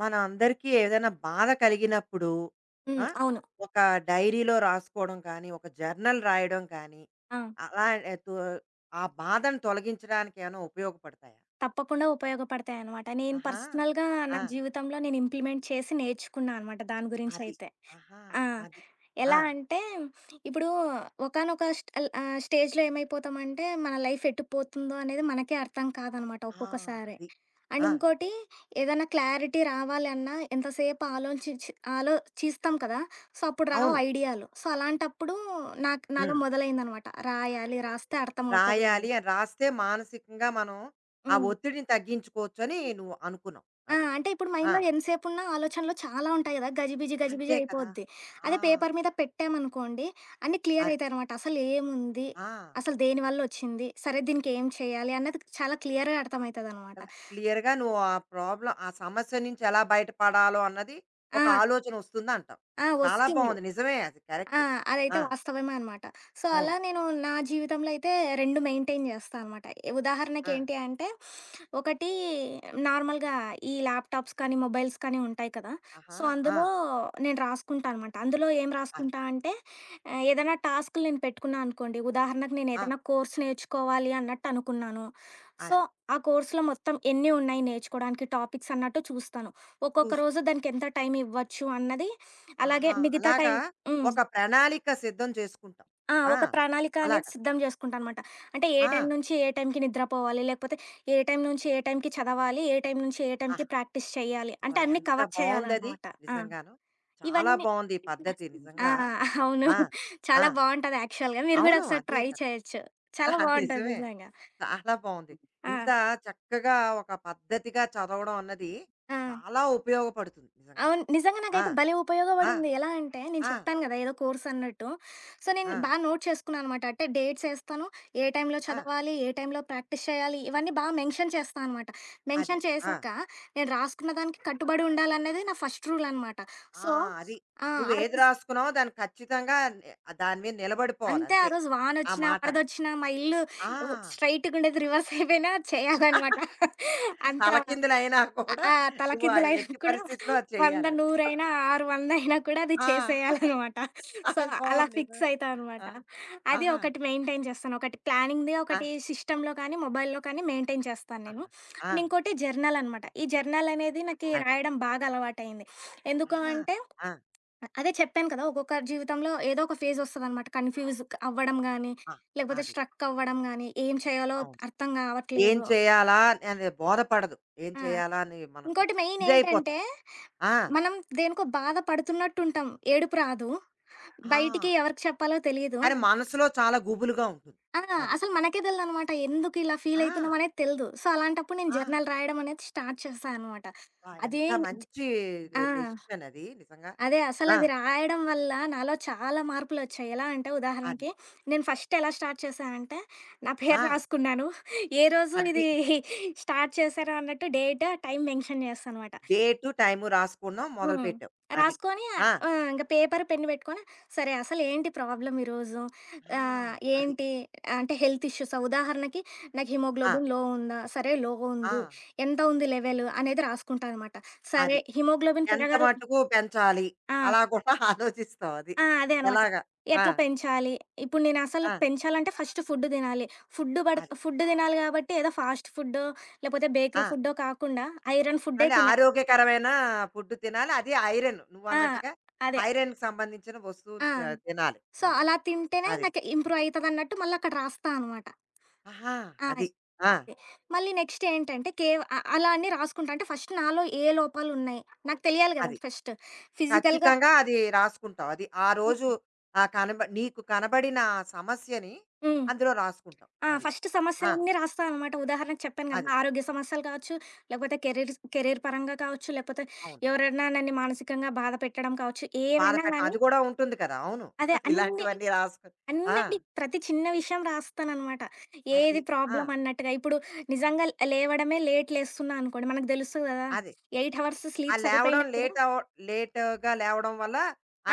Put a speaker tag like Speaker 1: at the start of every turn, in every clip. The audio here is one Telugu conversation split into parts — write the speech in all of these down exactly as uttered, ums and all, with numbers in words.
Speaker 1: మన అందరికీ ఏదైనా బాధ కలిగినప్పుడు ఆ,
Speaker 2: హ్మ్. అవును.
Speaker 1: ఒక డైరీలో రాసుకోవడం కానీ ఒక జర్నల్ రాయడం కానీ
Speaker 2: ఆ!
Speaker 1: అలా ఏ, తో- ఆ బాధను తొలగించడానికి ఏమైనా ఉపయోగపడతాయా
Speaker 2: తప్పకుండా ఉపయోగపడతాయనమాట. నేను
Speaker 1: ఆహా
Speaker 2: పర్సనల్‌గా
Speaker 1: ఆ,
Speaker 2: నా జీవితంలో నేను ఇంప్లిమెంట్ చేసి నేర్చుకున్నా అనమాట దాని
Speaker 1: అది
Speaker 2: గురించయితే.
Speaker 1: ఆహా
Speaker 2: ఆ!
Speaker 1: అది ఆ,
Speaker 2: ఎలా అంటే ఇప్పుడు ఒకానొక స్ట్ ఆల్ ఆహ్, స్టేజ్‌లో ఏమైపోతామంటే మన లైఫ్ ఎటు పోతుందో అనేది మనకే అర్థం కాదనమాట
Speaker 1: ఆ,
Speaker 2: ఒక్కొక్కసారి.
Speaker 1: అది
Speaker 2: అండ్
Speaker 1: ఆ,
Speaker 2: ఇంకోటి ఏదైనా క్లారిటీ రావాలి అన్నా ఎంతసేపు ఆలోచించి ఆలోచిస్తాం కదా! సో, అప్పుడు రావు
Speaker 1: అవును
Speaker 2: ఐడియాలు. సో, అలాంటప్పుడు నాకు
Speaker 1: ఉమ్.
Speaker 2: నాలో మొదలైందనమాట. రాయాలి, రాస్తే అర్థమవుతది
Speaker 1: రాయాలి
Speaker 2: అని.
Speaker 1: అని రాస్తే మానసికంగా మనం ఆ
Speaker 2: హ్మ్.
Speaker 1: ఒత్తిడిని తగ్గించుకోవచ్చు అని నువ్వు అనుకున్నావు
Speaker 2: ఆ!
Speaker 1: అది
Speaker 2: అంటే ఇప్పుడు
Speaker 1: ఆ,
Speaker 2: మైండ్‌లో ఎంతసేపున్న ఆలోచనలు చాలా ఉంటాయి గదా! గజిబిజి, గజిబిజి
Speaker 1: అంతే కదా
Speaker 2: అయిపోద్ది.
Speaker 1: ఆ,
Speaker 2: అదే పేపర్ మీద పెట్టామనుకోండి అన్నీ క్లియర్
Speaker 1: అది
Speaker 2: అయితాయనమాట. అసలు ఏముంది?
Speaker 1: ఆ
Speaker 2: అసలు దేనివల్లొచ్చింది? సరే దీనికేం చేయాలి? అన్నది చాలా క్లియర్‌గా అర్థమైతదనమాట.
Speaker 1: కదా! క్లియర్‌గా నువ్వు ఆ ప్రాబ్లమ్ ఆ సమస్య నుంచి ఎలా బయటపడాలో అన్నది
Speaker 2: ఆ!
Speaker 1: ఒక ఆలోచన వస్తుందంటావు.
Speaker 2: ఆ!
Speaker 1: చాలా
Speaker 2: వస్తుంది.
Speaker 1: బావుంది. నిజమే అది
Speaker 2: ఆ!
Speaker 1: కరెక్ట్.
Speaker 2: అదైతే
Speaker 1: ఆ!
Speaker 2: వాస్తవమే అనమాట. సో, అలా
Speaker 1: అవును.
Speaker 2: నేను నా జీవితంలో అయితే రెండు మెయింటైన్ చేస్తా అనమాట.
Speaker 1: ఆ!
Speaker 2: ఉదాహరణకేంటి అంటే, ఒకటి నార్మల్‌గా ఈ ల్యాప్‌టాప్స్ కానీ, మొబైల్స్ కానీ ఉంటాయి కదా!
Speaker 1: ఆహా!
Speaker 2: సో,
Speaker 1: ఆ!
Speaker 2: అందులో నేను రాసుకుంటా అనమాట. అందులో ఏం
Speaker 1: అది.
Speaker 2: రాసుకుంటా అంటే, ఆహ్, ఏదైనా టాస్క్‌లు నేను పెట్టుకున్నా అనుకోండి, ఉదాహరణకు నేను
Speaker 1: ఆ!
Speaker 2: ఏదైనా కోర్స్ నేర్చుకోవాలి అన్నట్టు అనుకున్నాను. సో,
Speaker 1: అది.
Speaker 2: ఆ కోర్స్‌లో మొత్తం ఎన్ని ఉన్నాయి నేర్చుకోవడానికి టాపిక్స్ అన్నట్టు చూస్తాను. ఒక్కొక్క
Speaker 1: చూస్తాం.
Speaker 2: రోజు దానికి ఎంత టైం ఇవ్వచ్చు అన్నది, అలాగే
Speaker 1: ఆహా!
Speaker 2: మిగతా
Speaker 1: అలాగా
Speaker 2: టైం హ్మ్.
Speaker 1: ఒక ప్రణాళిక సిద్ధం చేసుకుంటాం.
Speaker 2: ఆ!
Speaker 1: ఆ!
Speaker 2: ఒక ప్రణాళిక అనేది
Speaker 1: అలాగా.
Speaker 2: సిద్ధం జేసుకుంటానమాట. అంటే ఏ
Speaker 1: ఆ!
Speaker 2: టైం నుంచి ఏ టైంకి నిద్రపోవాలి, లేకపోతే ఏ టైం నుంచి ఏ టైంకి చదవాలి, ఏ టైం నుంచి ఏ
Speaker 1: ఆహా!
Speaker 2: టైంకి ప్రాక్టీస్ చేయాలి.
Speaker 1: అబ్బా!
Speaker 2: అంటే అన్నీ
Speaker 1: ఎంత
Speaker 2: కవర్
Speaker 1: బావుందది
Speaker 2: చేయాలనమాట. ఆ!
Speaker 1: నిజంగాను. చాలా
Speaker 2: ఇవన్నీ
Speaker 1: బావుంది ఈ పద్ధతి
Speaker 2: ఆ!
Speaker 1: నిజంగా.
Speaker 2: అవును.
Speaker 1: ఆ! ఆ!
Speaker 2: చాలా బావుంటది యాక్చువల్‌గా. మీరు గూడా
Speaker 1: అవును.
Speaker 2: ఒకసారి
Speaker 1: అదే
Speaker 2: ట్రై
Speaker 1: కదా!
Speaker 2: చేయొచ్చు. చాలా
Speaker 1: ఆహా,
Speaker 2: బావుంటది
Speaker 1: నిజమే.
Speaker 2: నిజంగా.
Speaker 1: చాలా బావుంది.
Speaker 2: ఆ!
Speaker 1: ఇంత చక్కగా ఒక పద్ధతిగా చదవడం అన్నది
Speaker 2: ఆ!
Speaker 1: చాలా ఉపయోగపడుతుంది నిజంగా.
Speaker 2: అవును. నిజంగా
Speaker 1: ఆ!
Speaker 2: నాకైతే భలే
Speaker 1: ఆ!
Speaker 2: ఉపయోగపడింది. ఎలా అంటే నేను
Speaker 1: ఆ!
Speaker 2: చెప్పాను గదా! ఏదో కోర్స్ అన్నట్టు. సో, నేను
Speaker 1: ఆ!
Speaker 2: బాగా నోట్ చేసుకున్నాననమాట. అంటే డేట్స్ ఏస్తాను. ఏ టైంలో
Speaker 1: ఆ!
Speaker 2: చదవాలి, ఏ టైంలో ప్రాక్టీస్ చేయాలి, ఇవన్నీ బాగా మెన్షన్ చేస్తా అనమాట.
Speaker 1: అది.
Speaker 2: మెన్షన్
Speaker 1: ఆ!
Speaker 2: చేశాక నేను రాసుకున్న దానికి కట్టుబడి ఉండాలనేది నా ఫస్ట్ రూల్ అనమాట.
Speaker 1: ఆ!
Speaker 2: సో
Speaker 1: అది.
Speaker 2: ఆ!
Speaker 1: నువ్వు
Speaker 2: ఆ
Speaker 1: ఏది
Speaker 2: రోజు
Speaker 1: రాసుకున్నావో దాన్ని ఖచ్చితంగా నే దాని మీద నిలబడిపోవాలి
Speaker 2: అంతే ఆ
Speaker 1: అంతే.
Speaker 2: రోజు
Speaker 1: ఆ
Speaker 2: వానొచ్చినా,
Speaker 1: మాట మీద.
Speaker 2: వరదొచ్చినా, మా ఇల్లు
Speaker 1: ఆ!
Speaker 2: స్ట్రెయిట్‌గుండేది రివర్స్ అయిపోయినా చేయాలనమాట. అంత
Speaker 1: తలకిందులయినా
Speaker 2: ఆ!
Speaker 1: కూడా
Speaker 2: ఆ!
Speaker 1: నువ్వు ఆ
Speaker 2: తలకిందులైనా
Speaker 1: ఎట్టి
Speaker 2: కూడా
Speaker 1: పరిస్థితిలో అది
Speaker 2: వంద,
Speaker 1: చెయ్యాలది.
Speaker 2: వంద ఆరు వందలు అయినా కూడా అది
Speaker 1: ఆ!
Speaker 2: చేసేయాలనమాట. సో,
Speaker 1: అది
Speaker 2: అలా
Speaker 1: బావుంది
Speaker 2: ఫిక్స్
Speaker 1: నిజమే.
Speaker 2: అయితా అనమాట.
Speaker 1: ఆ!
Speaker 2: అది
Speaker 1: ఆహా!
Speaker 2: ఒకటి మెయింటైన్ చేస్తాను. ఒకటి ప్లానింగ్‌ది,
Speaker 1: ఆ!
Speaker 2: ఒకటి సిస్టమ్‌లో కానీ, మొబైల్‌లో కానీ మెయింటైన్ చేస్తాను నేను.
Speaker 1: ఆహా! ఆ!
Speaker 2: అండ్ ఇంకోటి జర్నల్ అనమాట. ఈ జర్నల్ అనేది నాకి
Speaker 1: అది.
Speaker 2: రాయడం బాగా అలవాటయింది. ఎందుకు
Speaker 1: ఆహా!
Speaker 2: అంటే
Speaker 1: ఆ!
Speaker 2: అదే చెప్పాను కదా! ఒక్కొక్కరి జీవితంలో ఏదో ఒక ఫేజ్ ఒస్తదనమాట. కన్‌ఫ్యూజ్ అవ్వడం గానీ,
Speaker 1: ఆ!
Speaker 2: లేకపోతే
Speaker 1: అది.
Speaker 2: స్ట్రక్ అవ్వడం గానీ, ఏం చేయాలో
Speaker 1: అవును.
Speaker 2: అర్థం
Speaker 1: ఏం
Speaker 2: గావట్లేదు.
Speaker 1: చేయాలా అనేది బోధపడదు. ఏం
Speaker 2: ఆ!
Speaker 1: చేయాలా అని మనకు
Speaker 2: ఇంకోటి మెయిన్ ఏంటంటే
Speaker 1: ఇదైపోతాం. ఆ!
Speaker 2: మనం దేనికో బాధ పడుతున్నట్టుంటాం. ఏడుపు రాదు.
Speaker 1: ఆ!
Speaker 2: బయటికి ఎవరికి చెప్పాలో తెలీదు.
Speaker 1: కానీ మనసులో చాలా గుబులుగా ఉంటుంది.
Speaker 2: ఆ!
Speaker 1: అది.
Speaker 2: అసలు మనకే తెలదనమాట. ఎందుకు ఇలా ఫీల్
Speaker 1: ఆ!
Speaker 2: అయితున్నాం అనేది తెలదు. సో, అలాంటప్పుడు నేను
Speaker 1: ఆ!
Speaker 2: జర్నల్ రాయడం అనేది స్టార్ట్ చేశా అనమాట.
Speaker 1: అబ్బా!
Speaker 2: అదే
Speaker 1: ఎంత మంచి డె
Speaker 2: ఆ!
Speaker 1: డెసిషన్ అది నిజంగా.
Speaker 2: అదే
Speaker 1: ఆ!
Speaker 2: అసలది రాయడం వల్ల నాలో చాలా మార్పులొచ్చాయి. ఎలా అంటే
Speaker 1: అది.
Speaker 2: ఉదాహరణకి నేను ఫస్ట్ ఎలా స్టార్ట్ చేశా అంటే, నా
Speaker 1: ఆ!
Speaker 2: పేరు రాసుకున్నాను. ఏ రోజు
Speaker 1: అది
Speaker 2: ఇది స్టార్ట్ చేశాను అన్నట్టు డేట్, టైం మెన్షన్ చేస్తా అనమాట.
Speaker 1: డేటు, టైము రాసుకున్నాం.
Speaker 2: హ్మ్.
Speaker 1: మొదలుపెట్టావు. అది.
Speaker 2: రాసుకొని
Speaker 1: ఆ!
Speaker 2: ఆహ్, ఇంక పేపర్, పెన్ పెట్టుకొని, సరే అసలేంటి ప్రాబ్లమ్ ఈరోజు?
Speaker 1: ఆ!
Speaker 2: ఆహ్,
Speaker 1: అది.
Speaker 2: ఏంటి అంటే హెల్త్ ఇష్యూసా? ఉదాహరణకి నాకు
Speaker 1: ఆ!
Speaker 2: హిమోగ్లోబిన్ లో ఉందా? సరే లో ఉంది.
Speaker 1: ఆ!
Speaker 2: ఎంత ఉంది లెవెల్ అనేది రాసుకుంటా అనమాట. సరే
Speaker 1: అది.
Speaker 2: హిమోగ్లోబిన్
Speaker 1: ఎంత
Speaker 2: పెరగాలి
Speaker 1: మటుకు పెంచాలి?
Speaker 2: ఆ!
Speaker 1: అలా కూడా ఆలోచిస్తావు అది.
Speaker 2: ఆ! అదే అనమాట.
Speaker 1: ఎలాగా? ఆ!
Speaker 2: ఎట్లా పెంచాలి? ఇప్పుడు నేనసలు
Speaker 1: ఆ!
Speaker 2: పెంచాలంటే ఫస్ట్ ఫుడ్ తినాలి. ఫుడ్ పడ
Speaker 1: అది.
Speaker 2: ఫుడ్ తినాలి కాబట్టి ఏదో ఫాస్ట్ ఫుడ్డో, లేపోతే
Speaker 1: ఆ!
Speaker 2: బేకరీ ఫుడ్డో కాకుండా ఐరన్ ఫుడ్డే
Speaker 1: మళ్ళీ
Speaker 2: తినాలి.
Speaker 1: ఆరోగ్యకరమైన ఫుడ్ తినాలి. అది ఐరన్
Speaker 2: ఆ!
Speaker 1: నువ్వన్నట్టుగా
Speaker 2: అదే.
Speaker 1: ఐరన్‌కి సంబంధించిన వస్తువులు
Speaker 2: ఆ!
Speaker 1: ఆహ్, తినాలి మ
Speaker 2: సో,
Speaker 1: నువ్వు.
Speaker 2: అలా తింటేనే
Speaker 1: అది.
Speaker 2: నాకు ఇంప్రూవ్ అయితదన్నట్టు మళ్ళక్కడ రాస్తా అనమాట.
Speaker 1: ఆహా!
Speaker 2: ఆ!
Speaker 1: అది. ఆ!
Speaker 2: అదే. మళ్ళీ నెక్స్ట్ ఏంటంటే కేవ్ అ అలా అని రాసుకుంటా. అంటే ఫస్ట్ నాలో ఏ లోపాలున్నాయి, నాకు తెలియాలి గదా!
Speaker 1: అది.
Speaker 2: ఫస్ట్. ఫిజికల్‌గా
Speaker 1: ఖచ్చితంగా అది రాసుకుంటావు. అది ఆ
Speaker 2: హ్మ్.
Speaker 1: రోజు ఆహ్, కనబ నీకు కనబడిన ఆ సమస్యని
Speaker 2: హ్మ్.
Speaker 1: అందులో రాసుకుంటావు.
Speaker 2: ఆ!
Speaker 1: అది.
Speaker 2: ఫస్ట్
Speaker 1: ఆ!
Speaker 2: సమస్యలన్నీ రాస్తా అనమాట. ఉదాహరణకు చెప్పాను గదా!
Speaker 1: అది.
Speaker 2: ఆరోగ్య సమస్యలు కావచ్చు, లేకపోతే కెరీర్స్ కెరీర్ పరంగా కావచ్చు, లేకపోతే
Speaker 1: అవును.
Speaker 2: ఎవరైనా నన్ను మానసికంగా బాధ పెట్టడం కావచ్చు, ఏవైనా
Speaker 1: బాధపెట్టడం
Speaker 2: గానీ
Speaker 1: అది కూడా ఉంటుంది కదా! అవును.
Speaker 2: అదే అన్ని
Speaker 1: ఇలాంటివన్నీ రాసుకొని ఆ!
Speaker 2: అన్నిటి ప్రతి చిన్న విషయం రాస్తాననమాట.
Speaker 1: అది.
Speaker 2: ఏది
Speaker 1: ఆ!
Speaker 2: ప్రాబ్లమ్ అన్నట్టుగా. ఇప్పుడు నిజంగా లేవడమే లేట్ లేస్తున్నా అనుకోండి, మనకు తెలుసు గదా!
Speaker 1: అదే.
Speaker 2: ఎనిమిది అవర్స్
Speaker 1: ఆ
Speaker 2: స్లీప్
Speaker 1: లేవడం
Speaker 2: సరిపోయినా కూడా
Speaker 1: లేట్ అవ లేటుగా లేవడం వల్ల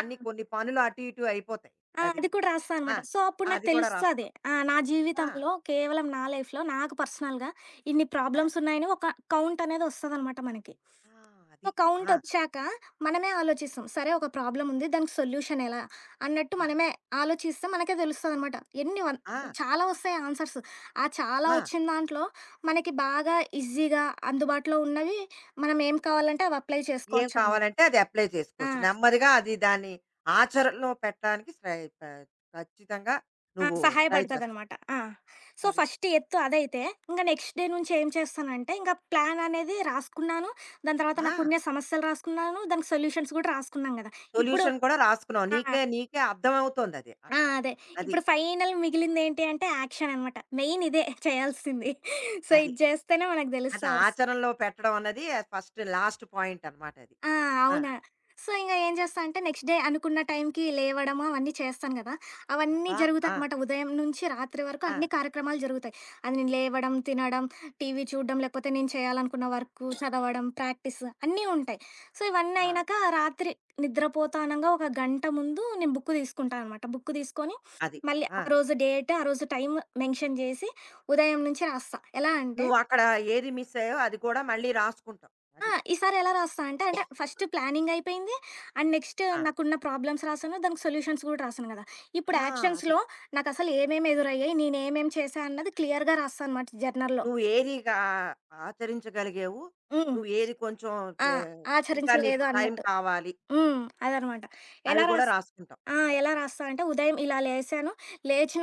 Speaker 2: ఆ!
Speaker 1: కొన్ని పనులు అటు ఇటు అయిపోతాయి.
Speaker 2: ఆ!
Speaker 1: అది.
Speaker 2: అది కూడా రాస్తా
Speaker 1: ఆ!
Speaker 2: అనమాట. సో, అప్పుడు నాకు
Speaker 1: అది కూడా
Speaker 2: తెలుస్తది.
Speaker 1: రాస్తాం.
Speaker 2: ఆ! నా
Speaker 1: ఆ!
Speaker 2: జీవితంలో కేవలం నా లైఫ్‌లో నాకు పర్సనల్‌గా ఇన్ని
Speaker 1: అది.
Speaker 2: ప్రాబ్లమ్స్ ఉన్నాయని ఒక కౌంట్ అనేది ఒస్తదనమాట మనకి.
Speaker 1: ఆ!
Speaker 2: సో,
Speaker 1: అది. ఆ!
Speaker 2: కౌంటొచ్చాక మనమే ఆలోచిస్తాం. సరే ఒక ప్రాబ్లముంది. దానికి సొల్యూషన్ ఎలా? అన్నట్టు
Speaker 1: అది.
Speaker 2: మనమే ఆలోచిస్తే మనకే తెలుస్తదనమాట. ఎన్ని వన్
Speaker 1: ఆ!
Speaker 2: చాలా వస్తాయి ఆన్సర్స్. ఆ చాలా
Speaker 1: ఆ!
Speaker 2: వచ్చిన దాంట్లో మనకి బాగా ఈజీగా అందుబాటులో ఉన్నవి మనం ఏం కావాలంటే అవి అప్లై
Speaker 1: ఏం
Speaker 2: చేసుకోవచ్చనమాట.
Speaker 1: కావాలంటే అది అప్లై
Speaker 2: ఆ!
Speaker 1: చేసుకోవచ్చు. నెమ్మదిగా అది దాన్ని ఆచరణలో పెట్టడానికి శ్రై ప ఖచ్చితంగా
Speaker 2: ఆ!
Speaker 1: నువ్వు ట్రై చేస్తావు.
Speaker 2: సహాయపడతదనమాట. ఆ! సో,
Speaker 1: అది.
Speaker 2: ఫస్ట్ ఎత్తు అదైతే, ఇంక నెక్స్ట్ డే నుంచి ఏం చేస్తానంటే, ఇంక ప్లాన్ అనేది రాసుకున్నాను. దాని తర్వాత
Speaker 1: ఆ!
Speaker 2: నాకున్న సమస్యలు రాసుకున్నాను. దానికి సొల్యూషన్స్ గూడా రాసుకున్నాం గదా! ఇప్పుడు
Speaker 1: సొల్యూషన్ కూడా రాసుకున్నావు.
Speaker 2: ఆ!
Speaker 1: నీకే నీకే అర్థమవుతోందది
Speaker 2: ఆ!
Speaker 1: అక్కడ.
Speaker 2: అదే.
Speaker 1: అది.
Speaker 2: ఇప్పుడు ఫైనల్ మిగిలిందేంటి అంటే యాక్షన్ అనమాట. మెయిన్ ఇదే చేయాల్సింది. సో,
Speaker 1: అది.
Speaker 2: ఇది చేస్తేనే మనకు
Speaker 1: అది
Speaker 2: తెలుస్తదసలు.
Speaker 1: ఆచరణలో పెట్టడం అన్నది ఫస్ట్ లాస్ట్ పాయింట్ అనమాట అది.
Speaker 2: ఆ!
Speaker 1: ఆ!
Speaker 2: అవునా! సో, ఇంగ ఏం చేస్తా అంటే నెక్స్ట్ డే అనుకున్న టైంకి లేవడము అవన్నీ చేస్తాను గదా! అవన్నీ
Speaker 1: అబ్బా! ఆ!
Speaker 2: జరుగుతాయనమాట. ఉదయం నుంచి రాత్రి వరకు
Speaker 1: ఆ!
Speaker 2: అన్ని కార్యక్రమాలు జరుగుతాయి. అది నేను లేవడం, తినడం, టీవీ చూడడం, లేకపోతే నేను చేయాలనుకున్న వర్కు, చదవడం, ప్రాక్టీస్ అన్నీ ఉంటాయి. సో, ఇవన్నీ
Speaker 1: ఆ!
Speaker 2: అయినాక రాత్రి నిద్రపోతానంగా ఒక గంట ముందు నేను బుక్ తీసుకుంటా అనమాట. బుక్ తీసుకొని
Speaker 1: అది.
Speaker 2: మళ్ళీ
Speaker 1: ఆ!
Speaker 2: ఆ రోజు డేట్, ఆ రోజు టైం మెన్షన్ జేసి ఉదయం నుంచి రాస్తా. ఎలా అంటే
Speaker 1: నువ్వక్కడ ఏది మిస్ అయ్యావో అది కూడా మళ్ళీ రాసుకుంటావు.
Speaker 2: ఆ!
Speaker 1: అది.
Speaker 2: ఈసారి ఎలా రాస్తా అంటే, అంటే ఫస్ట్ ప్లానింగ్ అయిపోయింది. అండ్ నెక్స్ట్
Speaker 1: ఆ!
Speaker 2: నాకున్న ప్రాబ్లమ్స్ రాసాను. దానికి సొల్యూషన్స్ కూడా రాసాను గదా! ఇప్పుడు
Speaker 1: ఆ! అది.
Speaker 2: యాక్షన్స్‌లో నాకసలు ఏమేమి ఎదురయ్యాయి, నేనేమేం చేశా అన్నది క్లియర్‌గా రాస్తా అనమాట జర్నల్‌లో.
Speaker 1: నువ్వు ఏది గా ఆచరించగలిగావు,
Speaker 2: హ్మ్.
Speaker 1: నువ్వు ఏది కొంచెం
Speaker 2: ఆ!
Speaker 1: చే ఇంకా నీకు
Speaker 2: ఆచరించలేదు
Speaker 1: టైం
Speaker 2: అన్నట్టు.
Speaker 1: కావాలి,
Speaker 2: హ్మ్. అదనమాట.
Speaker 1: అవి
Speaker 2: ఎలా
Speaker 1: కూడా
Speaker 2: రాస్
Speaker 1: రాసుకుంటావు.
Speaker 2: ఆ! ఎలా రాస్తా అంటే ఉదయం ఇలా లేసాను,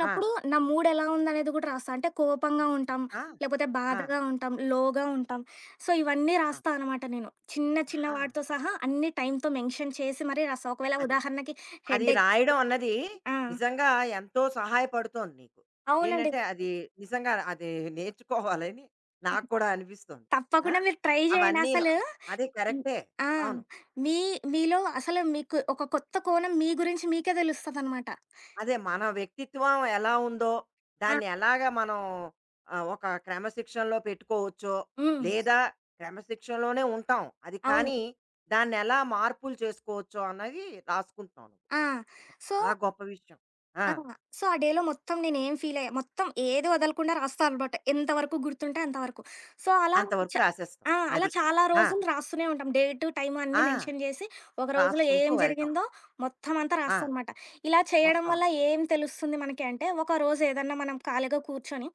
Speaker 1: ఆ!
Speaker 2: నా మూడ్ ఎలా ఉందనేది గూడా రాస్తా. అంటే కోపంగా ఉంటాం,
Speaker 1: ఆ!
Speaker 2: లేపోతే
Speaker 1: ఆ!
Speaker 2: బాధగా ఉంటాం, లోగా ఉంటాం. సో, ఇవన్నీ
Speaker 1: ఆ!
Speaker 2: రాస్తా అనమాట నేను. చిన్న చిన్న
Speaker 1: ఆహా!
Speaker 2: వాటితో సహా అన్ని టైమ్‌తో మెన్షన్ చేసి మరీ రాస్తా. ఒకవేళ
Speaker 1: అది.
Speaker 2: ఉదాహరణకి
Speaker 1: అది
Speaker 2: హెడేక్
Speaker 1: రాయడం అన్నది
Speaker 2: ఆ!
Speaker 1: నిజంగా ఎంతో సహాయపడుతోంది నీకు.
Speaker 2: అవునండి.
Speaker 1: ఏంటంటే అది నిజంగా అది నేర్చుకోవాలని నాకు కూడా అనిపిస్తోంది. ఆ!
Speaker 2: తప్పకుండా మీరు ట్రై జేయండి.
Speaker 1: అవన్నీను.
Speaker 2: అసలు
Speaker 1: అది
Speaker 2: హ్మ్.
Speaker 1: కరెక్టే.
Speaker 2: ఆ!
Speaker 1: అవును.
Speaker 2: మీ మీలో అసలు మీకు ఒక కొత్త కోణం మీ గురించి మీకే దెలుస్తదనమాట.
Speaker 1: అదే మన వ్యక్తిత్వం ఎలా ఉందో,
Speaker 2: ఆ!
Speaker 1: దాన్ని ఎలాగా మనం ఆహ్, ఒక క్రమశిక్షణలో పెట్టుకోవచ్చో,
Speaker 2: హ్మ్.
Speaker 1: లేదా క్రమశిక్షణలోనే ఉంటాం. అది
Speaker 2: అవును.
Speaker 1: కానీ, దాన్నెలా మార్పులు చేసుకోవచ్చో అన్నది రాసుకుంటున్నావు నువ్వు.
Speaker 2: ఆ! సో
Speaker 1: చాలా గొప్ప విషయం. ఆ!
Speaker 2: ఆ! సో, ఆ డేలో మొత్తం నేనేం ఫీలయ్యా మొత్తం ఏది వదలకుండా రాస్తా అనమాట. ఎంతవరకు గుర్తుంటే అంతవరకు. సో, అలా చ
Speaker 1: అంతవరకు రాసేస్తావు.
Speaker 2: ఆ! అలా
Speaker 1: అది.
Speaker 2: చాలా
Speaker 1: ఆ!
Speaker 2: రోజులు రాస్తూనే ఉంటాం. డేటు, టైము అన్నీ
Speaker 1: ఆ!
Speaker 2: మెన్షన్ చేసి, ఒక రోజులో
Speaker 1: రాసుకుంటూ
Speaker 2: ఏం
Speaker 1: వెళ్తాం.
Speaker 2: జరిగిందో మొత్తం అంతా
Speaker 1: ఆ!
Speaker 2: రాస్తా అనమాట. ఇలా చేయడం
Speaker 1: మొత్తం.
Speaker 2: వల్ల ఏం తెలుస్తుంది మనకి అంటే, ఒక రోజు ఏదన్నా మనం ఖాళీగా కూర్చొని,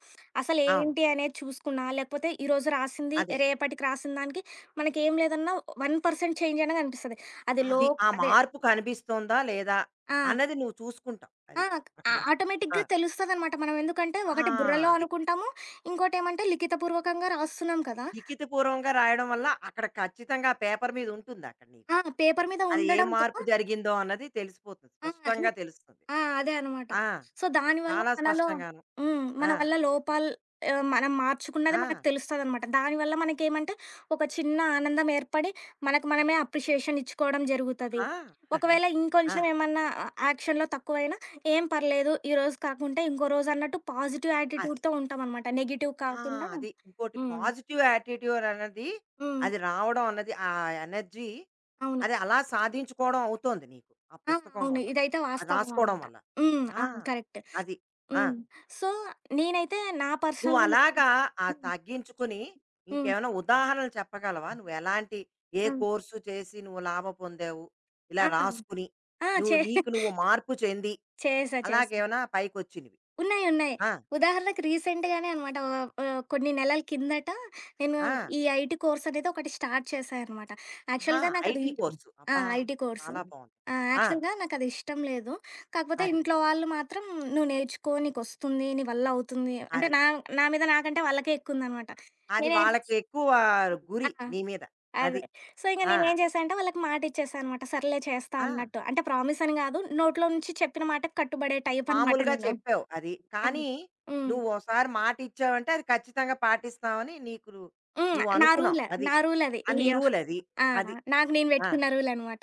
Speaker 1: అవును.
Speaker 2: అసలేంటి అనేది చూసుకున్నా, లేకపోతే ఈరోజు రాసింది
Speaker 1: అదే.
Speaker 2: రేపటికి రాసిన దానికి మనకేం లేదన్నా ఒక శాతం చేంజ్ అయినా కనిపిస్తది. అది
Speaker 1: అది
Speaker 2: లోక్
Speaker 1: ఆ
Speaker 2: అదే
Speaker 1: మార్పు కనిపిస్తోందా లేదా
Speaker 2: ఆ!
Speaker 1: అన్నది నువ్వు చూసుకుంటావు.
Speaker 2: ఆ!
Speaker 1: అది.
Speaker 2: ఆ
Speaker 1: అక్కడ. ఆ!
Speaker 2: ఆటోమేటిక్‌గా తెలుస్తదనమాట. మనం ఎందుకంటే
Speaker 1: ఆ!
Speaker 2: ఒకటి బుర్రలో
Speaker 1: అది.
Speaker 2: అనుకుంటాము. ఇంకోటేమంటే లిఖితపూర్వకంగా రాస్తున్నాం కదా!
Speaker 1: లిఖితపూర్వకంగా రాయడం వల్ల అక్కడ ఖచ్చితంగా పేపర్ మీద ఉంటుంది అక్కడ నీకు.
Speaker 2: ఆ! పేపర్ మీద
Speaker 1: అది ఏ
Speaker 2: ఉండడంతో
Speaker 1: మార్పు జరిగిందో అన్నది తెలిసిపోతుంది.
Speaker 2: ఆ! ఇం
Speaker 1: స్పష్టంగా తెలుస్తుంది.
Speaker 2: ఆ! అదే అనమాట.
Speaker 1: ఆ!
Speaker 2: సో, దానివల్ల
Speaker 1: చాలా
Speaker 2: మనలో
Speaker 1: స్పష్టంగాను.
Speaker 2: హ్మ్. మన
Speaker 1: ఆ!
Speaker 2: వల్ల లోపాలు ఆహ్, మనం మార్చుకున్నది
Speaker 1: ఆ!
Speaker 2: మనకు తెలుస్తదనమాట. దానివల్ల మనకేమంటే, ఒక చిన్న ఆనందం ఏర్పడి, మనకు మనమే అప్రిషియేషన్ ఇచ్చుకోవడం జరుగుతది.
Speaker 1: ఆ! అది.
Speaker 2: ఒకవేళ
Speaker 1: ఆ!
Speaker 2: ఇంకొంచెం ఏమన్నా ఆహ్, యాక్షన్‌లో తక్కువైనా ఏం పర్లేదు, ఈ రోజు కాకుంటే ఇంకో రోజు అన్నట్టు పాజిటివ్
Speaker 1: అది.
Speaker 2: యాటిట్యూడ్‌తో ఉంటామనమాట. నెగెటివ్
Speaker 1: ఆ!
Speaker 2: కాకుండా
Speaker 1: అది. ఇంకోటి
Speaker 2: హ్మ్.
Speaker 1: పాజిటివ్ యాటిట్యూడ్ అన్నది
Speaker 2: హ్మ్.
Speaker 1: అది రావడం అన్నది ఆ ఎనర్జీ
Speaker 2: అవును.
Speaker 1: అది అలా సాధించుకోవడం అవుతోంది నీకు. ఆ
Speaker 2: ఆ!
Speaker 1: పుస్తకం
Speaker 2: అవును.
Speaker 1: వల్ల.
Speaker 2: ఇదైతే
Speaker 1: అది
Speaker 2: వాస్తవం
Speaker 1: రాసుకోవడం
Speaker 2: అనమాట.
Speaker 1: వల్ల.
Speaker 2: హ్మ్.
Speaker 1: ఆ!
Speaker 2: అవును. కరెక్ట్.
Speaker 1: అది. ఆ!
Speaker 2: హ్మ్. సో, నేనైతే నా
Speaker 1: నువ్వు
Speaker 2: పర్సనల్‌గా
Speaker 1: అలాగా ఆ
Speaker 2: హ్మ్.
Speaker 1: తగ్గించుకుని
Speaker 2: హ్మ్.
Speaker 1: ఇంకేమైనా ఉదాహరణలు చెప్పగలవా? నువ్వు ఎలాంటి ఏ
Speaker 2: హ్మ్.
Speaker 1: కోర్సు చేసి నువ్వు లాభం పొందావు? ఇలా
Speaker 2: ఆ!
Speaker 1: రాసుకుని,
Speaker 2: ఆ!
Speaker 1: నువ్వు
Speaker 2: చే
Speaker 1: నీకు నువ్వు మార్పు చెంది
Speaker 2: చేశా. చేశా.
Speaker 1: అలాగేమైనా పైకొచ్చినవి?
Speaker 2: ఉన్నాయి. ఉన్నాయి.
Speaker 1: ఆ!
Speaker 2: ఉదాహరణకి రీసెంట్‌గానే అనమాట. ఆహ్, ఆహ్, కొన్ని నెలల కిందట నేను
Speaker 1: ఆ!
Speaker 2: ఈ ఐటీ కోర్స్ అనేది ఒకటి స్టార్ట్ చేశా అనమాట.
Speaker 1: ఆహా!
Speaker 2: యాక్చువల్‌గా నాకది
Speaker 1: ఐటీ కోర్సు.
Speaker 2: ఆ!
Speaker 1: అబ్బా!
Speaker 2: IT course.
Speaker 1: చాలా బావుంది.
Speaker 2: ఆ!
Speaker 1: ఆ!
Speaker 2: యాక్చువల్‌గా నాకది ఇష్టం లేదు. కాకపోతే
Speaker 1: అది.
Speaker 2: ఇంట్లో వాళ్ళు మాత్రం "నువ్వు నేర్చుకో. నీకొస్తుంది. నీ వల్ల అవుతుంది." అంటే
Speaker 1: అది.
Speaker 2: నా నా మీద నాకంటే వాళ్ళకే ఎక్కువ ఉందనమాట.
Speaker 1: అది
Speaker 2: నేనే
Speaker 1: వాళ్ళకి ఎక్కువ
Speaker 2: ఆ!
Speaker 1: గురి నీ మీద.
Speaker 2: అదే.
Speaker 1: అది.
Speaker 2: సో, ఇంక
Speaker 1: ఆ!
Speaker 2: నేనేం చేశా అంటే వాళ్ళకి మాటిచ్చేశా అనమాట. సర్లే చేస్తా
Speaker 1: ఆ!
Speaker 2: అన్నట్టు. అంటే ప్రామిస్ అని గాదు. నోట్లో నుంచి చెప్పిన మాటకి కట్టుబడే టైప్ అనమాట
Speaker 1: మామూలుగా
Speaker 2: నేను.
Speaker 1: చెప్పావు అది.
Speaker 2: హ్మ్.
Speaker 1: కానీ
Speaker 2: హ్మ్.
Speaker 1: నువ్వు ఓసారి మాటిచ్చావంటే అది ఖచ్చితంగా పాటిస్తావని నీకు
Speaker 2: హ్మ్.
Speaker 1: నువ్వు
Speaker 2: నా
Speaker 1: అనుకున్నావు.
Speaker 2: రూలే.
Speaker 1: అది.
Speaker 2: నా రూలది.
Speaker 1: అన్ని
Speaker 2: అయ్యో!
Speaker 1: రూలది.
Speaker 2: ఆ!
Speaker 1: అది.
Speaker 2: నాకు నేను
Speaker 1: అది ఆ!
Speaker 2: బెట్టుకున్న రూలనమాట.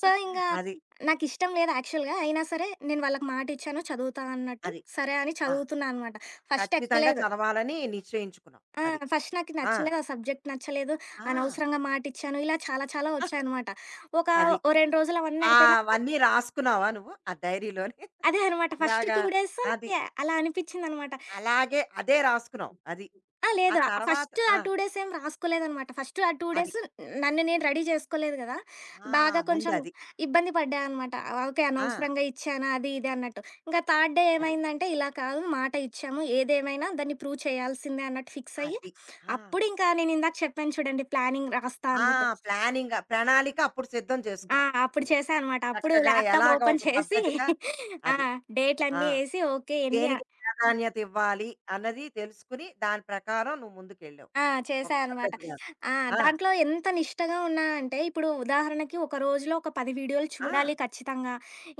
Speaker 2: సో, ఇంగా
Speaker 1: అది.
Speaker 2: నాకిష్టం లేదు యాక్చువల్‌గా. అయినా సరే నేను వాళ్ళకి మాటిచ్చాను చదువుతా అన్నట్టు.
Speaker 1: అది.
Speaker 2: సరే అని
Speaker 1: ఆ!
Speaker 2: చదువుతున్నా అనమాట. ఫస్ట్
Speaker 1: ఖచ్చితంగా
Speaker 2: ఎక్కలేదు.
Speaker 1: చదవాలని నిశ్చయించుకున్నావు.
Speaker 2: ఆ!
Speaker 1: అది.
Speaker 2: ఫస్ట్ నాకు
Speaker 1: ఆ!
Speaker 2: నచ్చలేదు. ఆ సబ్జెక్ట్ నచ్చలేదు.
Speaker 1: ఆ!
Speaker 2: అనవసరంగా మాటిచ్చాను. ఇలా చాలా చాలా వచ్చాయనమాట. ఒక
Speaker 1: అది.
Speaker 2: ఓ రెండు రోజులు అవన్నీ
Speaker 1: ఆహ్,
Speaker 2: అయిపోయినాక
Speaker 1: అవన్నీ రాసుకున్నావా నువ్వు? ఆ డైరీలోని?
Speaker 2: అదే అనమాట. ఫస్ట్
Speaker 1: ఇలాగా
Speaker 2: రెండు డేస్
Speaker 1: అది.
Speaker 2: నాకి అలా అనిపిచ్చిందనమాట.
Speaker 1: అలాగే అదే రాసుకున్నావు. అది.
Speaker 2: ఆ!
Speaker 1: ఆ
Speaker 2: లేదు.
Speaker 1: తర్వాత
Speaker 2: ఫస్ట్ ఆ
Speaker 1: ఆ!
Speaker 2: రెండు డేస్ ఏం రాసుకోలేదనమాట. ఫస్ట్ ఆ రెండు
Speaker 1: అది.
Speaker 2: డేస్ నన్ను నేను రెడీ చేసుకోలేదు గదా!
Speaker 1: ఆ!
Speaker 2: బాగా కొంచెం
Speaker 1: ముందది.
Speaker 2: ఇబ్బంది పడ్డా అనమాట. ఓకే.
Speaker 1: ఆ!
Speaker 2: అనవసరంగా ఇచ్చానా అది ఇది అన్నట్టు. ఇంకా థర్డ్ డే
Speaker 1: అది.
Speaker 2: ఏమైందంటే ఇలా కాదు మాట ఇచ్చాము. ఏదేమైనా దాన్ని ప్రూవ్ చేయాల్సిందే అన్నట్టు ఫిక్స్ అయ్యి,
Speaker 1: అది. ఆ!
Speaker 2: అప్పుడు ఇంకా నేను ఇందాక చెప్పాను చూడండి ప్లానింగ్ రాస్తా
Speaker 1: ఆ!
Speaker 2: అన్నట్టు.
Speaker 1: ప్లానింగ్ ప్రణాళిక అప్పుడు సిద్ధం
Speaker 2: ఆ!
Speaker 1: చేసుకున్నావు.
Speaker 2: అప్పుడు
Speaker 1: నువ్వు.
Speaker 2: చేశా అనమాట. అప్పుడు
Speaker 1: చక్కగా
Speaker 2: ల్యాప్‌టాప్
Speaker 1: ఎలాగ
Speaker 2: ఓపెన్
Speaker 1: ఒక
Speaker 2: చేసి
Speaker 1: పద్ధతిగా
Speaker 2: ఆ!
Speaker 1: అది. ఆ!
Speaker 2: డేట్‌లన్నీ ఏసి ఓకే. ఎన్ని
Speaker 1: దేనికి ప్రాధాన్యత ఇవ్వాలి అన్నది తెలుసుకుని దాని ప్రకారం నువ్వు ముందుకెళ్ళావు.
Speaker 2: ఆ!
Speaker 1: ఒక
Speaker 2: చేశా అనమాట.
Speaker 1: పద్ధతిగా.
Speaker 2: ఆ!
Speaker 1: ఆ!
Speaker 2: దాంట్లో ఎంత నిష్టగా ఉన్నా అంటే, ఇప్పుడు ఉదాహరణకి ఒక రోజులో ఒక పది వీడియోలు
Speaker 1: ఆ!
Speaker 2: చూడాలి ఖచ్చితంగా.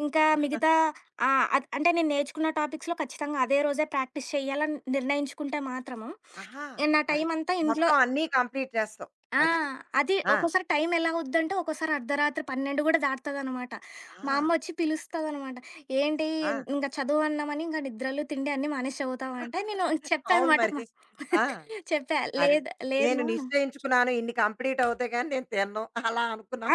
Speaker 2: ఇంకా మిగతా ఆహ్, అద్ అంటే నేను నేర్చుకున్న టాపిక్స్‌లో ఖచ్చితంగా అదే రోజే ప్రాక్టీస్ చేయాలని నిర్ణయించుకుంటే మాత్రము,
Speaker 1: ఆహా!
Speaker 2: ఎ నా
Speaker 1: అది.
Speaker 2: టైమంతా ఇంట్లో
Speaker 1: మొత్తం అన్నీ కంప్లీట్ చేస్తావు.
Speaker 2: ఆ!
Speaker 1: అది.
Speaker 2: అది
Speaker 1: ఆ!
Speaker 2: ఒక్కోసారి టైం ఎలా అవుద్దంటే, ఒక్కోసారి అర్ధరాత్రి పన్నెండు కూడా దాటుతదనమాట. మా
Speaker 1: ఆ!
Speaker 2: అమ్మొచ్చి పిలుస్తదనమాట. "ఏంటి
Speaker 1: ఆ!
Speaker 2: ఇంక చదువన్నామని ఇంక నిద్రలు, తిండి అన్నీ మానేసి చదువుతావా" అంటే, నేను చెప్పా
Speaker 1: అవును
Speaker 2: అనమాట.
Speaker 1: మరి.
Speaker 2: మా
Speaker 1: ఆ!
Speaker 2: చెప్పా.
Speaker 1: అది.
Speaker 2: లేదు లేదు
Speaker 1: నేను
Speaker 2: మా
Speaker 1: నిశ్చయించుకున్నాను ఇన్ని కంప్లీట్ అవుతాయి కానీ నేను తినను. అలా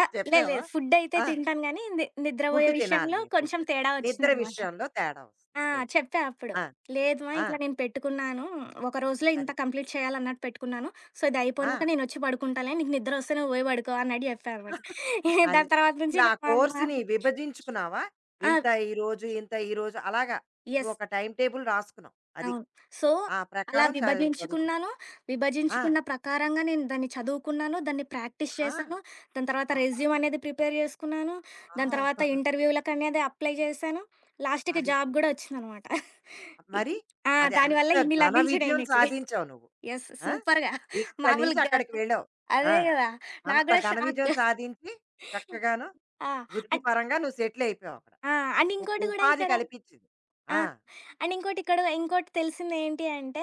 Speaker 2: ఆ! లేదు.
Speaker 1: చెప్పావా?
Speaker 2: లేదు. ఫుడ్డయితే
Speaker 1: ఆ!
Speaker 2: తింటాను గానీ, ని
Speaker 1: ఫుడ్
Speaker 2: నిద్రబోయే విషయంలో
Speaker 1: తినాలిలే ఫుడ్.
Speaker 2: కొంచెం తేడా
Speaker 1: నిద్ర
Speaker 2: వచ్చిందనమాట.
Speaker 1: విషయంలో తేడా వస్తుంది.
Speaker 2: ఆ!
Speaker 1: అదే.
Speaker 2: చెప్పా అప్పుడు.
Speaker 1: ఆ!
Speaker 2: లేదు మా
Speaker 1: ఆ!
Speaker 2: ఇట్లా నేను పెట్టుకున్నాను. ఒక రోజులో ఇంత
Speaker 1: అది.
Speaker 2: కంప్లీట్ చేయాలన్నట్టు పెట్టుకున్నాను. సో, ఇది
Speaker 1: ఆ!
Speaker 2: అయిపోయినాక నేనొచ్చి పడుకుంటాలే. నీకు నిద్రొస్తే నువ్వు పోయి పడుకో అన్నట్టు చెప్పా అనమాట.
Speaker 1: అది.
Speaker 2: దాని తర్వాత నుంచి
Speaker 1: ఇప్పుడు ఆ
Speaker 2: ఇక మా అమ్మ
Speaker 1: కోర్స్‌ని విభజించుకున్నావా?
Speaker 2: ఆ!
Speaker 1: ఇంత ఈరోజు, ఇంత ఈరోజు అలాగా
Speaker 2: యెస్.
Speaker 1: నువ్వొక టైమ్ టేబుల్ రాసుకున్నావు. అది.
Speaker 2: అవును. సో,
Speaker 1: ఆ
Speaker 2: అలా
Speaker 1: ప్రకారం చదువు చదువుకున్నావు.
Speaker 2: విభజించుకున్నాను.
Speaker 1: ఆ!
Speaker 2: విభజించుకున్న ప్రకారంగా నేను దాన్ని చదువుకున్నాను. దాన్ని ప్రాక్టీస్
Speaker 1: ఆ!
Speaker 2: చేశాను. దాని తర్వాత
Speaker 1: అబ్బా!
Speaker 2: రెజ్యూమ్ అనేది ప్రిపేర్ చేసుకున్నాను. దాని
Speaker 1: వావ్!
Speaker 2: తర్వాత ఇంటర్వ్యూలకనేది అప్లై చేశాను. లాస్ట్‌కి
Speaker 1: అది.
Speaker 2: జాబ్
Speaker 1: చూ.
Speaker 2: గూడా ఒచ్చిందనమాట.
Speaker 1: మరి
Speaker 2: ఆ!
Speaker 1: అది అంత
Speaker 2: దానివల్ల ఇన్ని
Speaker 1: ఘన
Speaker 2: లభించినయి
Speaker 1: విజయం
Speaker 2: నీకి.
Speaker 1: సాధించావు నువ్వు.
Speaker 2: యెస్.
Speaker 1: ఆ!
Speaker 2: సూపర్‌గా.
Speaker 1: ఇక్కడి నుంచి
Speaker 2: మామూలుగా
Speaker 1: అక్కడికి
Speaker 2: గాదు.
Speaker 1: వెళ్ళావు. ఆ!
Speaker 2: అదే గదా! నాకు
Speaker 1: అంత
Speaker 2: గూడా
Speaker 1: ఘన
Speaker 2: షాక్.
Speaker 1: విజయం సాధించి చక్కగాను
Speaker 2: ఆ! అన్
Speaker 1: వృత్తిపరంగా నువ్వు సెటిల్ అయిపోయావు అక్కడ.
Speaker 2: ఆ! అండ్
Speaker 1: ఒక
Speaker 2: ఇంకోటి గూడా
Speaker 1: ఉపాధి
Speaker 2: ఇక్కడ
Speaker 1: కల్పించింది.
Speaker 2: ఆ!
Speaker 1: ఆ!
Speaker 2: అండ్ ఇంకోటి ఇక్కడ ఇంకోటి తెలిసింది ఏంటి అంటే,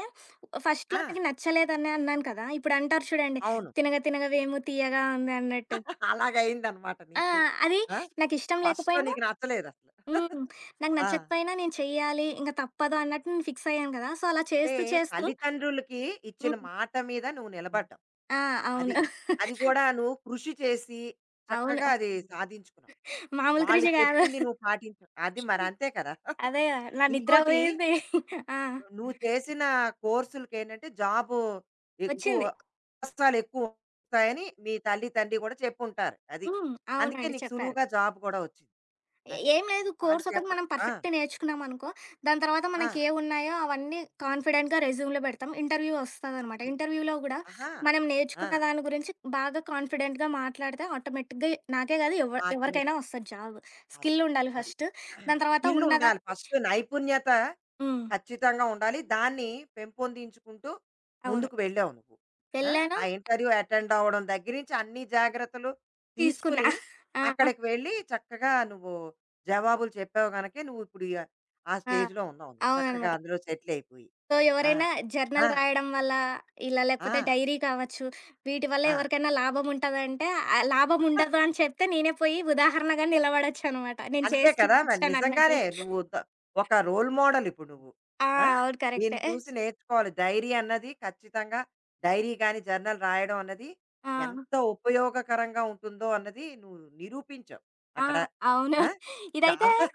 Speaker 1: ఆ!
Speaker 2: ఫస్ట్‌లో నాకు నచ్చలేదని అన్నాను కదా! ఇప్పుడు అంటారు చూడండి,
Speaker 1: అవును.
Speaker 2: తినగ తినగ వేము తీయగా ఉంది అన్నట్టు.
Speaker 1: అలాగయిందనమాట
Speaker 2: ఆ!
Speaker 1: నీకు.
Speaker 2: అది
Speaker 1: ఆ!
Speaker 2: నాకిష్టం
Speaker 1: ఫస్ట్‌లో
Speaker 2: లేకపోయినా
Speaker 1: నీకు నచ్చలేదసలు.
Speaker 2: హ్మ్. నాకు
Speaker 1: ఆ!
Speaker 2: నచ్చకపోయినా నేను చెయ్యాలి, ఇంక తప్పదు అన్నట్టు నేను ఫిక్స్ అయ్యాను కదా! సో, అలా
Speaker 1: అంటే
Speaker 2: చేస్తూ చేస్తూ
Speaker 1: తల్లిదండ్రులకి ఇచ్చిన
Speaker 2: హ్మ్.
Speaker 1: మాట మీద నువ్వు నిలబడ్డావు.
Speaker 2: ఆ!
Speaker 1: అది.
Speaker 2: అవును.
Speaker 1: అది కూడా నువ్వు కృషి చేసి
Speaker 2: అవును.
Speaker 1: చక్కగా అది సాధించుకున్నావు.
Speaker 2: మామూలు
Speaker 1: వాళ్ళు
Speaker 2: కృషి కాదు.
Speaker 1: చెప్పింది నువ్వు పాటించావు. అది మరంతే కదా!
Speaker 2: అదే నా నిద్ర
Speaker 1: ఇంకోటి
Speaker 2: పోయింది. ఆ!
Speaker 1: నువ్వు చేసిన కోర్సులకేంటంటే జాబు ఎక్కువ
Speaker 2: వచ్చింది.
Speaker 1: అవకాశాలెక్కువొస్తాయని మీ తల్లి, తండ్రి కూడా చెప్పుంటారు. అది.
Speaker 2: హ్మ్.
Speaker 1: అందుకే
Speaker 2: అవునండి
Speaker 1: నీకు
Speaker 2: చెప్పారు.
Speaker 1: సులువుగా జాబ్ కూడా వచ్చింది.
Speaker 2: ఏ
Speaker 1: అది.
Speaker 2: ఏం లేదు.
Speaker 1: వాళ్ళు
Speaker 2: కోర్స్ ఒకటి
Speaker 1: చెప్ప
Speaker 2: మనం
Speaker 1: ఆ!
Speaker 2: పర్ఫెక్ట్ నేర్చుకున్నామనుకో, దాని తర్వాత
Speaker 1: ఆ!
Speaker 2: మనకేవున్నాయో అవన్నీ కాన్ఫిడెంట్‌గా రెజ్యూమ్‌లో పెడతాం. ఇంటర్వ్యూ వస్తదనమాట.
Speaker 1: అది.
Speaker 2: ఇంటర్వ్యూలో గూడా
Speaker 1: ఆహా!
Speaker 2: మనం
Speaker 1: ఆ!
Speaker 2: నేర్చుకున్న దాని గురించి బాగా కాన్ఫిడెంట్‌గా మాట్లాడితే ఆటోమేటిక్‌గా నాకే గాదు ఎవ ఎవరికైనా
Speaker 1: ఆటోమేటిక్.
Speaker 2: వస్తది జాబ్.
Speaker 1: అది.
Speaker 2: స్కిల్ ఉండాలి
Speaker 1: అది.
Speaker 2: ఫస్ట్. దాని తర్వాత
Speaker 1: స్కిల్లుండాలి.
Speaker 2: ఉన్నదాన్ని
Speaker 1: ఫస్ట్ నైపుణ్యత
Speaker 2: హ్మ్.
Speaker 1: ఖచ్చితంగా ఉండాలి. దాన్ని పెంపొందించుకుంటూ
Speaker 2: అవును.
Speaker 1: ముందుకు వెళ్ళావు నువ్వు. ఆ!
Speaker 2: వెళ్ళాను.
Speaker 1: ఆ ఇంటర్వ్యూ అటెండ్ అవ్వడం దగ్గర నుంచి అన్ని జాగ్రత్తలు
Speaker 2: తీసుకున్నా.
Speaker 1: తీసుకుని,
Speaker 2: ఆ! ఆ!
Speaker 1: అక్కడికి వెళ్ళి చక్కగా నువ్వు జవాబులు చెప్పావు గనకే నువ్వు ఇప్పుడు య ఆ
Speaker 2: ఆ!
Speaker 1: స్టేజ్‌లో ఉన్నావు. నువ్వు. చక్కగా
Speaker 2: అవుననమాట.
Speaker 1: అందులో సెటిల్ అయిపోయి.
Speaker 2: సో,
Speaker 1: ఆ!
Speaker 2: ఎవరైనా
Speaker 1: ఆ!
Speaker 2: జర్నల్ రాయడం వల్ల, ఇలా
Speaker 1: ఆ!
Speaker 2: లేకపోతే డైరీ కావచ్చు, వీటి వల్ల
Speaker 1: ఆ!
Speaker 2: ఎవరికైనా లాభం ఉంటదంటే, ఆహ్, లాభం ఉండదు అని చెప్తే నేనే పోయి ఉదాహరణగా నిలబడొచ్చనమాట. నేను
Speaker 1: అంతే
Speaker 2: చేసి
Speaker 1: కదా! మరి
Speaker 2: చూపిచ్చానన్నట్టు.
Speaker 1: నిజంగానే నువ్వు త ఒక రోల్ మోడల్ ఇప్పుడు నువ్వు.
Speaker 2: ఆ!
Speaker 1: ఆ!
Speaker 2: అవును.
Speaker 1: నిన్ను
Speaker 2: కరెక్టే.
Speaker 1: చూసి నేర్చుకోవాలి. డైరీ అన్నది ఖచ్చితంగా డైరీ గాని, జర్నల్ రాయడం అన్నది
Speaker 2: ఆ!
Speaker 1: ఎంత ఉపయోగకరంగా ఉంటుందో అన్నది నువ్వు నిరూపించావు
Speaker 2: ఆ!
Speaker 1: అక్కడ.
Speaker 2: అవును.
Speaker 1: ఆ!
Speaker 2: ఇదైతే
Speaker 1: చాలా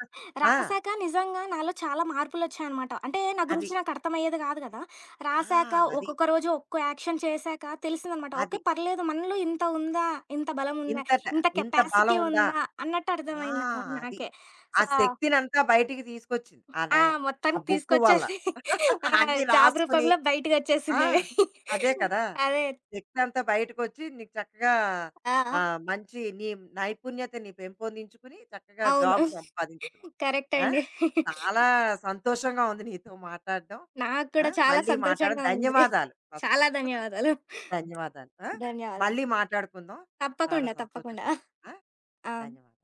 Speaker 1: ఆ!
Speaker 2: రాసాక నిజంగా నాలో చాలా మార్పులొచ్చాయనమాట. అంటే నా
Speaker 1: అది.
Speaker 2: గురించి నాకర్థమయ్యేది గాదు గదా! రాసాక
Speaker 1: ఆ! అది.
Speaker 2: ఒక్కొక్క రోజు ఒక్కో యాక్షన్ చేశాక తెలిసిందనమాట.
Speaker 1: అది.
Speaker 2: ఓకే. పర్లేదు మనలో ఇంత ఉందా? ఇంత బలం ఉందా?
Speaker 1: ఇంతట
Speaker 2: ఇంత
Speaker 1: ఇంత బలం
Speaker 2: కెపాసిటీ
Speaker 1: ఉందా?
Speaker 2: ఉందా? అన్నట్టు
Speaker 1: ఆ!
Speaker 2: అర్థమైందనమాట
Speaker 1: అది.
Speaker 2: నాకే.
Speaker 1: ఆ
Speaker 2: సో
Speaker 1: శక్తినంతా బయటికి తీసుకొచ్చింది. ఆ
Speaker 2: ఆ!
Speaker 1: నై ఆ
Speaker 2: మొత్తానికి
Speaker 1: బుక్ వల్ల.
Speaker 2: తీసుకొచ్చేసి ఆ!
Speaker 1: అన్నీ
Speaker 2: జాబ్
Speaker 1: రాసుకుని
Speaker 2: రూపంలో
Speaker 1: ఆ!
Speaker 2: బయటికొచ్చేసిందది.
Speaker 1: అదే కదా!
Speaker 2: అదే.
Speaker 1: శక్తి అంతా బయటకొచ్చి నీకు చక్కగా ఆ,
Speaker 2: ఆ!
Speaker 1: మంచి నీ నైపుణ్యతని పెంపొందించుకుని చక్కగా
Speaker 2: అవును.
Speaker 1: జాబ్ సంపాదించుకున్నావు.
Speaker 2: కరెక్ట్
Speaker 1: ఆ
Speaker 2: అండి.
Speaker 1: చాలా సంతోషంగా ఉంది నీతో మాట్లాడడం.
Speaker 2: నాకు
Speaker 1: ఆ,
Speaker 2: కూడా చాలా
Speaker 1: మళ్ళీ మాట్లాడడం.
Speaker 2: సంతోషంగా ఉంది.
Speaker 1: ధన్యవాదాలు ఫస్ట్.
Speaker 2: చాలా ధన్యవాదాలు.
Speaker 1: ధన్యవాదాలు. ఆ,
Speaker 2: ధన్యవాదాలు.
Speaker 1: మళ్ళీ మాట్లాడుకుందాం. చాలా
Speaker 2: తప్పకుండా. తప్పకుండా.
Speaker 1: సంతోషంగా. ఆ,
Speaker 2: ఆ!
Speaker 1: ధన్యవాదాలు.